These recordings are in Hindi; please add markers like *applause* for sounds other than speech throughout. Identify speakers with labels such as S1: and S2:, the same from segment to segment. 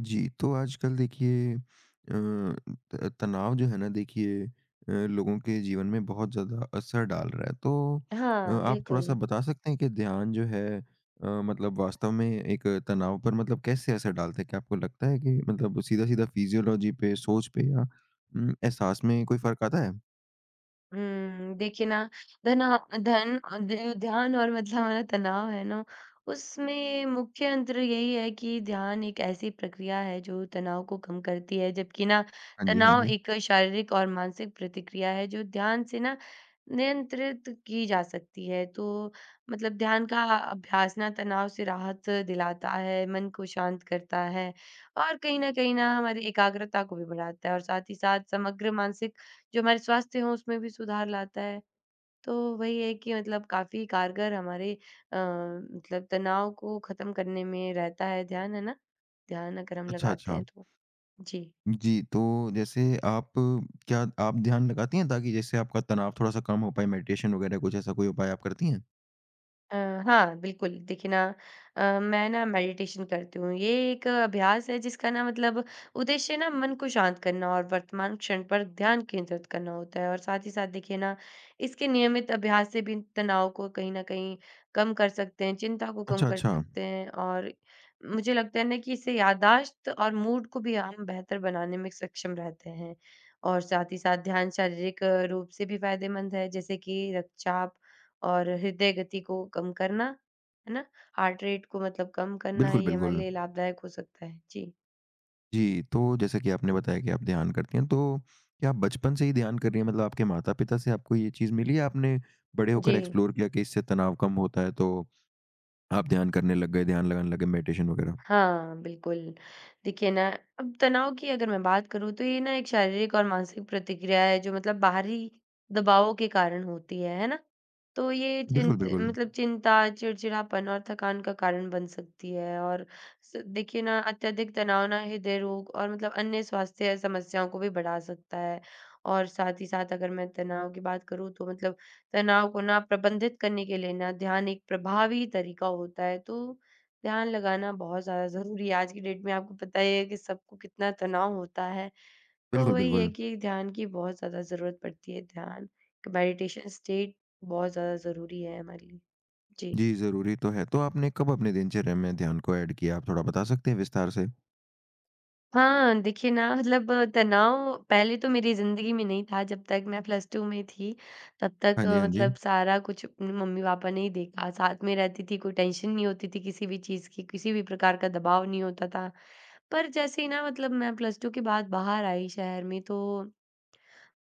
S1: जी, तो आजकल देखिए त तनाव जो है ना देखिए लोगों के जीवन में बहुत ज़्यादा असर डाल रहा है।
S2: हाँ,
S1: आप थोड़ा-सा
S2: बिल्कुल।
S1: बता सकते हैं कि ध्यान जो है मतलब वास्तव में एक तनाव पर मतलब कैसे असर डालता है? क्या आपको लगता है कि मतलब सीधा-सीधा फिज़ियोलॉजी पे, सोच पे या एहसास में कोई फ़र्क आता है?
S2: देखिए ना, धना धन ध ध्यान और मतलब हमारा तनाव है ना, उसमें मुख्य अंतर यही है कि ध्यान एक ऐसी प्रक्रिया है जो तनाव को कम करती है, जबकि ना
S1: हाँ जी, हाँ
S2: तनाव
S1: जी।
S2: एक शारीरिक और मानसिक प्रतिक्रिया है जो ध्यान से ना नियंत्रित की जा सकती है। तो मतलब ध्यान का अभ्यास ना तनाव से राहत दिलाता है, मन को शांत करता है और कहीं न कहीं ना हमारी एकाग्रता को भी बढ़ाता है और साथ ही साथ समग्र मानसिक जो हमारे स्वास्थ्य हो उसमें भी सुधार लाता है। तो वही है कि मतलब काफ़ी कारगर हमारे मतलब तनाव को ख़त्म करने में रहता है ध्यान, है ना? ध्यान अगर हम
S1: अच्छा,
S2: लगाते
S1: अच्छा।
S2: हैं तो। जी।
S1: जी, तो जैसे आप क्या आप ध्यान लगाती हैं ताकि जैसे आपका तनाव थोड़ा-सा कम हो पाए? मेडिटेशन वगैरह कुछ ऐसा कोई उपाय आप करती हैं?
S2: अ, हाँ, बिल्कुल। देखिए ना, मैं ना मेडिटेशन करती हूँ। ये एक अभ्यास है जिसका ना मतलब उद्देश्य ना मन को शांत करना और वर्तमान क्षण पर ध्यान केंद्रित करना होता है और साथ ही साथ देखिए ना इसके नियमित अभ्यास से भी तनाव को कहीं न कहीं कम कर सकते हैं, चिंता को कम
S1: अच्छा,
S2: कर
S1: अच्छा।
S2: सकते हैं और मुझे लगता है ना कि इससे याददाश्त और मूड को भी हम बेहतर बनाने में सक्षम रहते हैं। और साथ ही साथ ध्यान शारीरिक रूप से भी फ़ायदेमंद है जैसे कि रक्तचाप और हृदय गति को कम करना, है ना? हार्ट रेट को मतलब कम करना,
S1: बिल्कुल,
S2: ये हमारे
S1: बिल्कुल।
S2: लिए लाभदायक हो सकता है। जी।
S1: जी, तो जैसा कि आपने बताया कि आप ध्यान करती हैं, तो क्या आप बचपन से ही ध्यान कर रही हैं? मतलब आपके माता-पिता से आपको ये चीज़ मिली या आपने बड़े होकर
S2: जी।
S1: एक्सप्लोर किया कि इससे तनाव कम होता है, तो आप ध्यान करने लग गए, ध्यान लगाने लग गए, मेडिटेशन वगैरह?
S2: हाँ, बिल्कुल। देखिए ना, अब तनाव की अगर मैं बात करूँ तो ये ना एक शारीरिक और मानसिक प्रतिक्रिया है जो मतलब बाहरी दबावों के कारण होती है ना? तो ये
S1: बिल्कुल,
S2: चिंत
S1: बिल्कुल।
S2: मतलब चिंता, चिड़चिड़ापन और थकान का कारण बन सकती है और स देखिए ना अत्यधिक तनाव ना हृदय रोग और मतलब अन्य स्वास्थ्य समस्याओं को भी बढ़ा सकता है। और साथ ही साथ अगर मैं तनाव की बात करूँ तो मतलब तनाव को ना प्रबंधित करने के लिए ना ध्यान एक प्रभावी तरीका होता है। तो ध्यान लगाना बहुत ज़्यादा ज़रूरी है। आज की डेट में आपको पता ही है कि सबको कितना तनाव होता है, तो
S1: बिल्कुल,
S2: वही है
S1: बिल्कुल।
S2: कि ध्यान की बहुत ज़्यादा ज़रूरत पड़ती है। ध्यान, मेडिटेशन स्टेट बहुत ज़्यादा ज़रूरी है हमारे लिए। जी।
S1: जी, ज़रूरी तो है। तो आपने कब अपने दिनचर्या में ध्यान को ऐड किया? आप थोड़ा बता सकते हैं विस्तार से?
S2: हाँ, देखिए ना, मतलब तनाव पहले तो मेरी ज़िंदगी में नहीं था जब तक मैं प्लस 2 में थी, तब तक
S1: हाँ जी, हाँ जी।
S2: मतलब सारा कुछ अपने मम्मी-पापा ने ही देखा, साथ में रहती थी, कोई टेंशन नहीं होती थी किसी भी चीज़ की, किसी भी प्रकार का दबाव नहीं होता था। पर जैसे ही ना मतलब मैं प्लस 2 के बाद बाहर आई शहर में, तो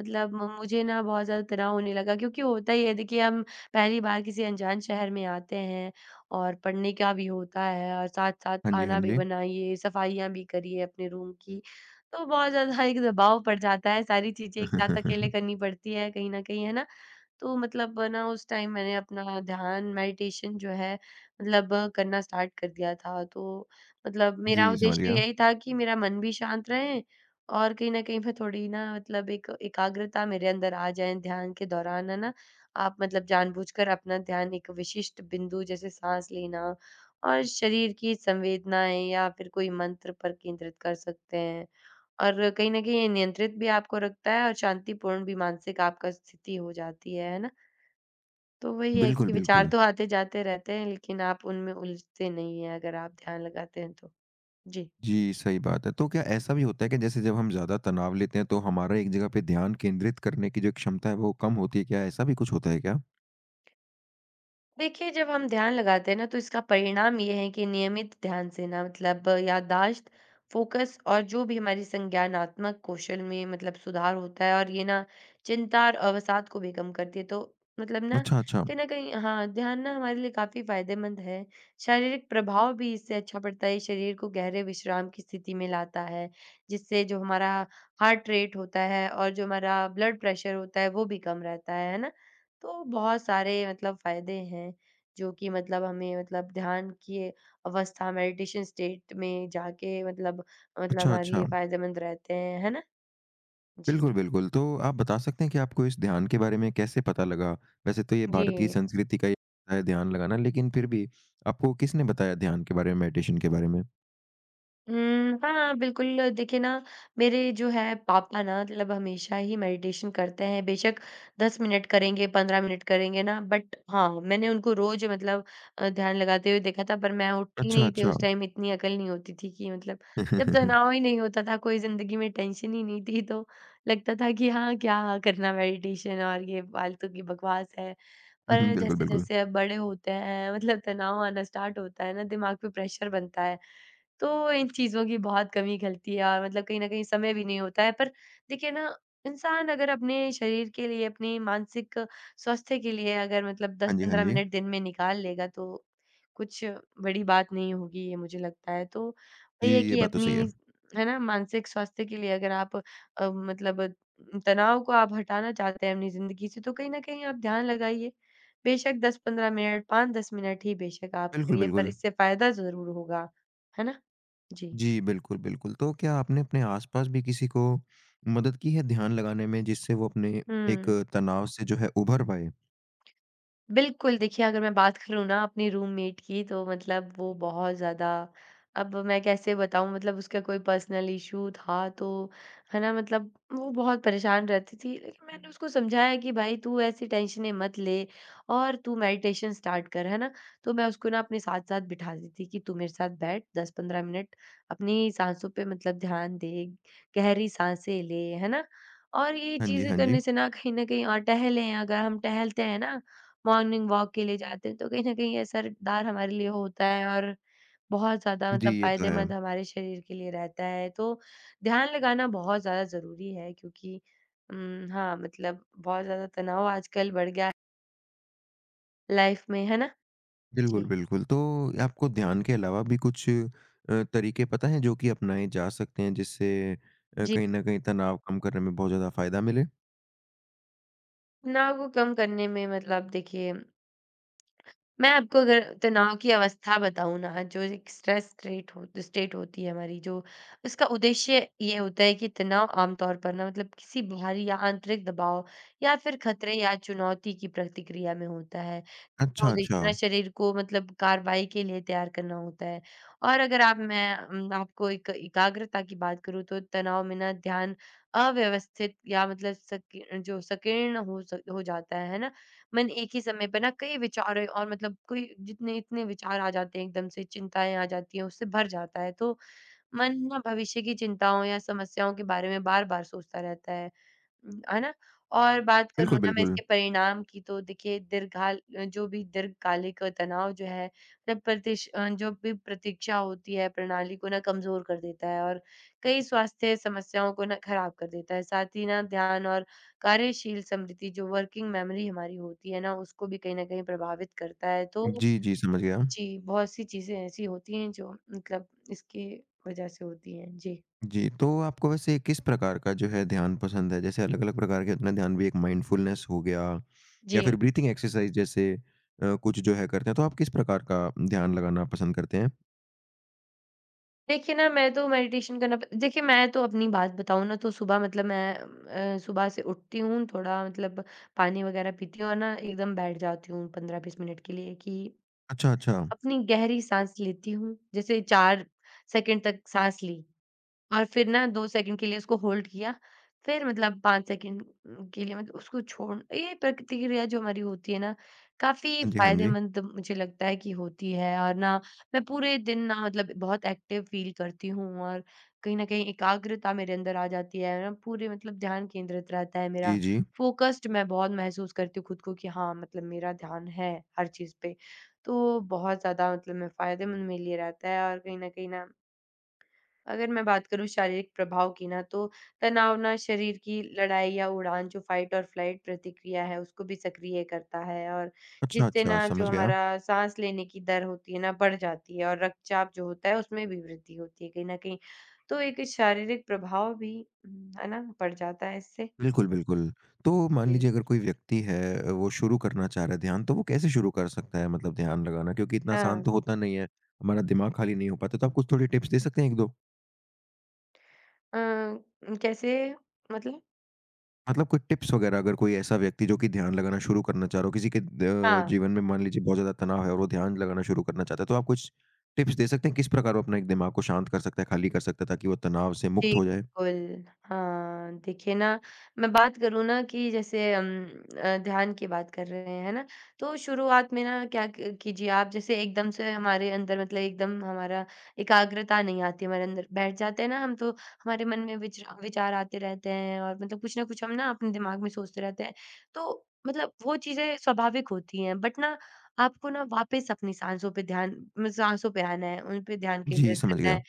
S2: मतलब म मुझे ना बहुत ज़्यादा तनाव होने लगा क्योंकि होता ही है, देखिए हम पहली बार किसी अनजान शहर में आते हैं और पढ़ने का भी होता है और साथ-साथ
S1: हाँ जी, हाँ
S2: खाना भी
S1: जी।
S2: बनाइए, सफाइयाँ भी करिए अपने रूम की। तो बहुत ज़्यादा *laughs* एक दबाव पड़ जाता है, सारी चीज़ें एक साथ अकेले
S1: *laughs*
S2: करनी पड़ती है कहीं न कहीं, है ना? तो मतलब ना उस टाइम मैंने अपना ध्यान, मेडिटेशन जो है मतलब करना स्टार्ट कर दिया था। तो मतलब मेरा
S1: जी, समझ
S2: उद्देश्य
S1: गया।
S2: यही था कि मेरा मन भी शांत रहे और कहीं न कहीं मैं थोड़ी ना मतलब एक एकाग्रता मेरे अंदर आ जाए ध्यान के दौरान, है ना? आप मतलब जानबूझकर अपना ध्यान एक विशिष्ट बिंदु जैसे साँस लेना और शरीर की संवेदनाएँ या फिर कोई मंत्र पर केंद्रित कर सकते हैं। और कहीं न कहीं ये नियंत्रित भी आपको रखता है और शांतिपूर्ण भी मानसिक आपका स्थिति हो जाती है ना? तो वही है
S1: बिल्कुल,
S2: कि विचार
S1: बिल्कुल।
S2: तो आते-जाते रहते हैं, लेकिन आप उनमें उलझते नहीं हैं, अगर आप ध्यान लगाते हैं तो। जी।
S1: जी, सही बात है। तो क्या ऐसा भी होता है कि जैसे जब हम ज़्यादा तनाव लेते हैं तो हमारा एक जगह पे ध्यान केंद्रित करने की जो क्षमता है वो कम होती है क्या? ऐसा भी कुछ होता है क्या?
S2: देखिए, जब हम ध्यान लगाते हैं ना तो इसका परिणाम ये है कि नियमित ध्यान से ना मतलब याददाश्त, फ़ोकस और जो भी हमारी संज्ञानात्मक कौशल में मतलब सुधार होता है और ये ना चिंता और अवसाद को भी कम करती है। तो मतलब ना
S1: अच्छा, अच्छा।
S2: कहीं न कहीं, हाँ, ध्यान ना हमारे लिए काफ़ी फ़ायदेमंद है। शारीरिक प्रभाव भी इससे अच्छा पड़ता है, ये शरीर को गहरे विश्राम की स्थिति में लाता है, जिससे जो हमारा हार्ट रेट होता है और जो हमारा ब्लड प्रेशर होता है वो भी कम रहता है ना? तो बहुत सारे मतलब फ़ायदे हैं, जो कि मतलब हमें मतलब ध्यान की अवस्था, मेडिटेशन स्टेट में जाके मतलब मतलब
S1: अच्छा,
S2: हमारे
S1: अच्छा।
S2: लिए फ़ायदेमंद रहते हैं, है ना?
S1: बिल्कुल,
S2: जी।
S1: बिल्कुल। तो आप बता सकते हैं कि आपको इस ध्यान के बारे में कैसे पता लगा? वैसे तो ये भारत की
S2: जी।
S1: संस्कृति का ही है ध्यान लगाना लेकिन फिर भी आपको किसने बताया ध्यान के बारे में, मेडिटेशन के बारे में?
S2: हाँ, बिल्कुल। देखिए ना, मेरे जो है पापा ना मतलब हमेशा ही मेडिटेशन करते हैं, बेशक 10 मिनट करेंगे, 15 मिनट करेंगे ना, बट हाँ, मैंने उनको रोज़ मतलब ध्यान लगाते हुए देखा था, पर मैं उठती
S1: अच्छा,
S2: नहीं थी,
S1: अच्छा।
S2: उस टाइम इतनी अकल नहीं होती थी कि मतलब,
S1: *laughs*
S2: जब
S1: हुँ,
S2: तनाव ही नहीं होता था, कोई ज़िंदगी में टेंशन ही नहीं थी, तो लगता था कि हाँ, क्या करना मेडिटेशन, और ये फालतू की बकवास है।
S1: हुँ,
S2: पर
S1: बिल्कुल, बिल्कुल।
S2: जैसे-जैसे अब बड़े होते हैं मतलब तनाव आना स्टार्ट होता है ना, दिमाग पे प्रेशर बनता है, तो इन चीज़ों की बहुत कमी खलती है और मतलब कहीं न कहीं समय भी नहीं होता है। पर देखिए ना, इंसान अगर अपने शरीर के लिए, अपने मानसिक स्वास्थ्य के लिए अगर मतलब
S1: हाँ जी, हाँ
S2: 10-15
S1: जी।
S2: मिनट दिन में निकाल लेगा, तो कुछ बड़ी बात नहीं होगी, ये मुझे लगता है। तो
S1: जी,
S2: वही है
S1: ये
S2: कि
S1: बात तो सही है।
S2: अपनी, है ना, मानसिक स्वास्थ्य के लिए अगर आप मतलब तनाव को आप हटाना चाहते हैं अपनी ज़िंदगी से, तो कहीं न कहीं आप ध्यान लगाइए। बेशक 10-15 मिनट, 5-10 मिनट ही बेशक आप
S1: बिल्कुल,
S2: करिए, पर
S1: बिल्कुल।
S2: इससे फ़ायदा ज़रूर होगा। है ना? जी।
S1: जी, बिल्कुल, बिल्कुल। तो क्या आपने अपने आस-पास भी किसी को मदद की है ध्यान लगाने में जिससे वो अपने एक
S2: हुँ।
S1: तनाव से जो है उभर पाए?
S2: बिल्कुल, देखिए, अगर मैं बात करूँ ना अपनी रूममेट की, तो मतलब वो बहुत ज़्यादा, अब मैं कैसे बताऊँ, मतलब उसका कोई पर्सनल इश्यू था तो, है ना? मतलब वो बहुत परेशान रहती थी। लेकिन मैंने उसको समझाया कि भाई, तू ऐसी टेंशनें मत ले और तू मेडिटेशन स्टार्ट कर, है ना? तो मैं उसको ना अपने साथ-साथ बिठाती थी कि तू मेरे साथ बैठ 10-15 मिनट अपनी साँसों पे मतलब ध्यान दे, गहरी साँसें ले, है ना? और ये
S1: हाँ जी,
S2: चीज़ें
S1: हाँ जी।
S2: करने से ना कहीं न कहीं, और टहलें, अगर हम टहलते हैं ना, मॉर्निंग वॉक के लिए जाते हैं, तो कहीं न कहीं असरदार हमारे लिए होता है और बहुत ज़्यादा
S1: जी,
S2: मतलब
S1: ये तो है।
S2: फ़ायदेमंद हमारे शरीर के लिए रहता है। तो ध्यान लगाना बहुत ज़्यादा ज़रूरी है, क्योंकि हाँ, मतलब बहुत ज़्यादा तनाव आजकल बढ़ गया है लाइफ़ में, है ना?
S1: बिल्कुल,
S2: जी।
S1: बिल्कुल। तो आपको ध्यान के अलावा भी कुछ तरीके पता हैं जो कि अपनाए जा सकते हैं जिससे
S2: जी,
S1: कहीं न कहीं तनाव कम करने में बहुत ज़्यादा फ़ायदा मिले?
S2: तनाव को कम करने में मतलब, देखिए, मैं आपको अगर तनाव की अवस्था बताऊँ ना, जो एक स्ट्रेस स्ट्रेट हो स्टेट होती है हमारी, जो उसका उद्देश्य ये होता है कि तनाव आमतौर पर ना मतलब किसी बाहरी या आंतरिक दबाव या फिर खतरे या चुनौती की प्रतिक्रिया में होता है। का
S1: अच्छा, अच्छा।
S2: उद्देश्य ना शरीर को मतलब कार्रवाई के लिए तैयार करना होता है। और अगर आप, मैं आपको एक एकाग्रता की बात करूँ तो तनाव में ना ध्यान अव्यवस्थित या मतलब सकी जो संकीर्ण हो जाता है ना? मन एक ही समय पे ना कई विचार और मतलब कोई जितने इतने विचार आ जाते हैं, एकदम से चिंताएँ आ जाती हैं, उससे भर जाता है। तो मन ना भविष्य की चिंताओं या समस्याओं के बारे में बार-बार सोचता रहता है। है ना? और बात करूँ
S1: बिल्कुल,
S2: ना मैं
S1: बिल्कुल।
S2: इसके परिणाम की, तो देखिए, दीर्घाल जो भी दीर्घकालिक तनाव जो है मतलब जो भी प्रतीक्षा होती है प्रणाली को ना कमज़ोर कर देता है और कई स्वास्थ्य समस्याओं को ना खराब कर देता है। साथ ही ना ध्यान और कार्यशील स्मृति, जो वर्किंग मेमोरी हमारी होती है ना, उसको भी कहीं न कहीं प्रभावित करता है। तो
S1: जी, जी, समझ गया।
S2: जी, बहुत-सी चीज़ें ऐसी होती हैं जो मतलब इसकी वज़ह से होती हैं। जी।
S1: जी, तो आपको वैसे किस प्रकार का जो है ध्यान पसंद है? जैसे अलग-अलग प्रकार के अपना ध्यान भी एक माइंडफुलनेस हो गया या
S2: जी।
S1: फिर ब्रीथिंग एक्सरसाइज़ जैसे कुछ जो है करते हैं, तो आप किस प्रकार का ध्यान लगाना पसंद करते हैं?
S2: देखिए ना, मैं तो मेडिटेशन करना प देखिए, मैं तो अपनी बात बताऊँ ना तो सुबह मतलब मैं सुबह से उठती हूँ, थोड़ा मतलब पानी वगैरह पीती हूँ और ना एकदम बैठ जाती हूँ 15-20 मिनट के लिए कि
S1: अच्छा, अच्छा।
S2: अपनी गहरी साँस लेती हूँ। जैसे 4 सेकंड तक साँस ली। और फिर ना 2 सेकंड के लिए उसको होल्ड किया, फिर मतलब 5 सेकंड के लिए मतलब उसको छोड़, ये प्रतिक्रिया जो हमारी होती है ना, काफ़ी
S1: हाँ जी, हाँ जी।
S2: फ़ायदेमंद मुझे लगता है कि होती है और ना मैं पूरे दिन ना मतलब बहुत एक्टिव फ़ील करती हूँ और कहीं न कहीं एकाग्रता मेरे अंदर आ जाती है, ना पूरे मतलब ध्यान केंद्रित रहता है
S1: जी,
S2: मेरा,
S1: जी।
S2: फ़ोकस्ड मैं बहुत महसूस करती हूँ खुद को कि हाँ, मतलब मेरा ध्यान है हर चीज़ पे। तो बहुत ज़्यादा मतलब मैं फ़ायदेमंद मेरे लिए रहता है और कहीं न कहीं ना अगर मैं बात करूँ शारीरिक प्रभाव की ना, तो तनाव ना शरीर की लड़ाई या उड़ान, जो फाइट और फ्लाइट प्रतिक्रिया है, उसको भी सक्रिय करता है और
S1: अच्छा,
S2: जिससे
S1: अच्छा,
S2: ना
S1: समझ
S2: जो
S1: गया।
S2: हमारा सांस लेने की दर होती है ना बढ़ जाती है और रक्तचाप जो होता है उसमें भी वृद्धि होती है कहीं ना कहीं, तो एक शारीरिक प्रभाव भी, है ना, बढ़ जाता है इससे।
S1: बिल्कुल, बिल्कुल। तो मान
S2: जी।
S1: लीजिए अगर कोई व्यक्ति है वो शुरू करना चाह रहा है ध्यान, तो वो कैसे शुरू कर सकता है मतलब ध्यान लगाना? क्योंकि इतना आसान
S2: हाँ।
S1: तो होता नहीं है, हमारा दिमाग खाली नहीं हो पाता, तो आप कुछ थोड़ी टिप्स दे सकते हैं 1-2?
S2: अ, कैसे मतलब,
S1: मतलब कुछ टिप्स वगैरह अगर कोई ऐसा व्यक्ति जो कि ध्यान लगाना शुरू करना चाह रहा हो, किसी के द
S2: हाँ।
S1: जीवन में मान लीजिए बहुत ज़्यादा तनाव है और वो ध्यान लगाना शुरू करना चाहता है, तो आप कुछ टिप्स दे सकते हैं किस प्रकार वो अपना एक दिमाग को शांत कर सकता है, खाली कर सकता है ताकि वो तनाव से
S2: जी,
S1: मुक्त हो जाए?
S2: बिल्कुल। हाँ, देखिए ना, मैं बात करूँ ना कि जैसे हम ध्यान की बात कर रहे हैं, है ना? तो शुरुआत में ना क्या क कीजिए आप, जैसे एकदम से हमारे अंदर मतलब एकदम हमारा एकाग्रता नहीं आती हमारे अंदर, बैठ जाते हैं ना हम तो हमारे मन में विचरा विचार आते रहते हैं और मतलब कुछ ना कुछ हम ना अपने दिमाग में सोचते रहते हैं। तो मतलब वो चीज़ें स्वाभाविक होती हैं, बट ना आपको ना वापस अपनी साँसों पे ध्यान म साँसों पे आना है, उन पे ध्यान
S1: जी,
S2: केंद्रित
S1: समझ
S2: करना
S1: गया।
S2: है।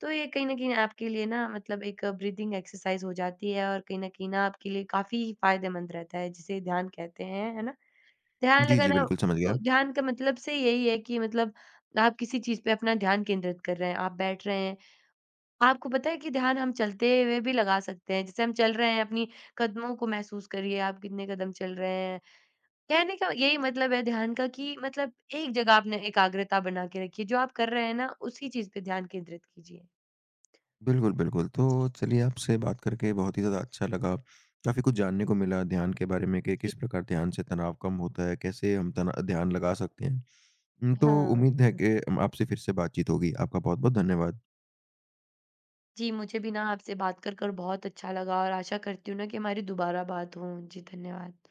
S2: तो ये कहीं न कहीं आपके लिए ना मतलब एक ब्रीथिंग एक्सरसाइज़ हो जाती है और कहीं न कहीं ना आपके लिए काफ़ी फ़ायदेमंद रहता है, जिसे ध्यान कहते हैं, है ना? ध्यान
S1: जी, जी,
S2: लगाना,
S1: बिल्कुल समझ गया।
S2: तो ध्यान का मतलब से यही है कि मतलब आप किसी चीज़ पे अपना ध्यान केंद्रित कर रहे हैं, आप बैठ रहे हैं। आपको पता है कि ध्यान हम चलते हुए भी लगा सकते हैं, जैसे हम चल रहे हैं अपनी कदमों को महसूस करिए, आप कितने कदम चल रहे हैं। कहने का यही मतलब है ध्यान का कि मतलब एक जगह आपने एकाग्रता बना के रखी है, जो आप कर रहे हैं ना उसी चीज़ पे ध्यान केंद्रित कीजिए।
S1: बिल्कुल, बिल्कुल। तो चलिए आपसे बात करके बहुत ही ज़्यादा अच्छा लगा। काफ़ी कुछ जानने को मिला ध्यान के बारे में कि
S2: जी।
S1: किस प्रकार ध्यान से तनाव कम होता है, कैसे हम तना ध्यान लगा सकते हैं। तो
S2: हाँ।
S1: उम्मीद है कि आपसे फिर से बातचीत होगी। आपका बहुत-बहुत धन्यवाद।
S2: जी, मुझे भी ना आपसे बात कर बहुत अच्छा लगा और आशा करती हूँ ना कि हमारी दोबारा बात हो। जी, धन्यवाद।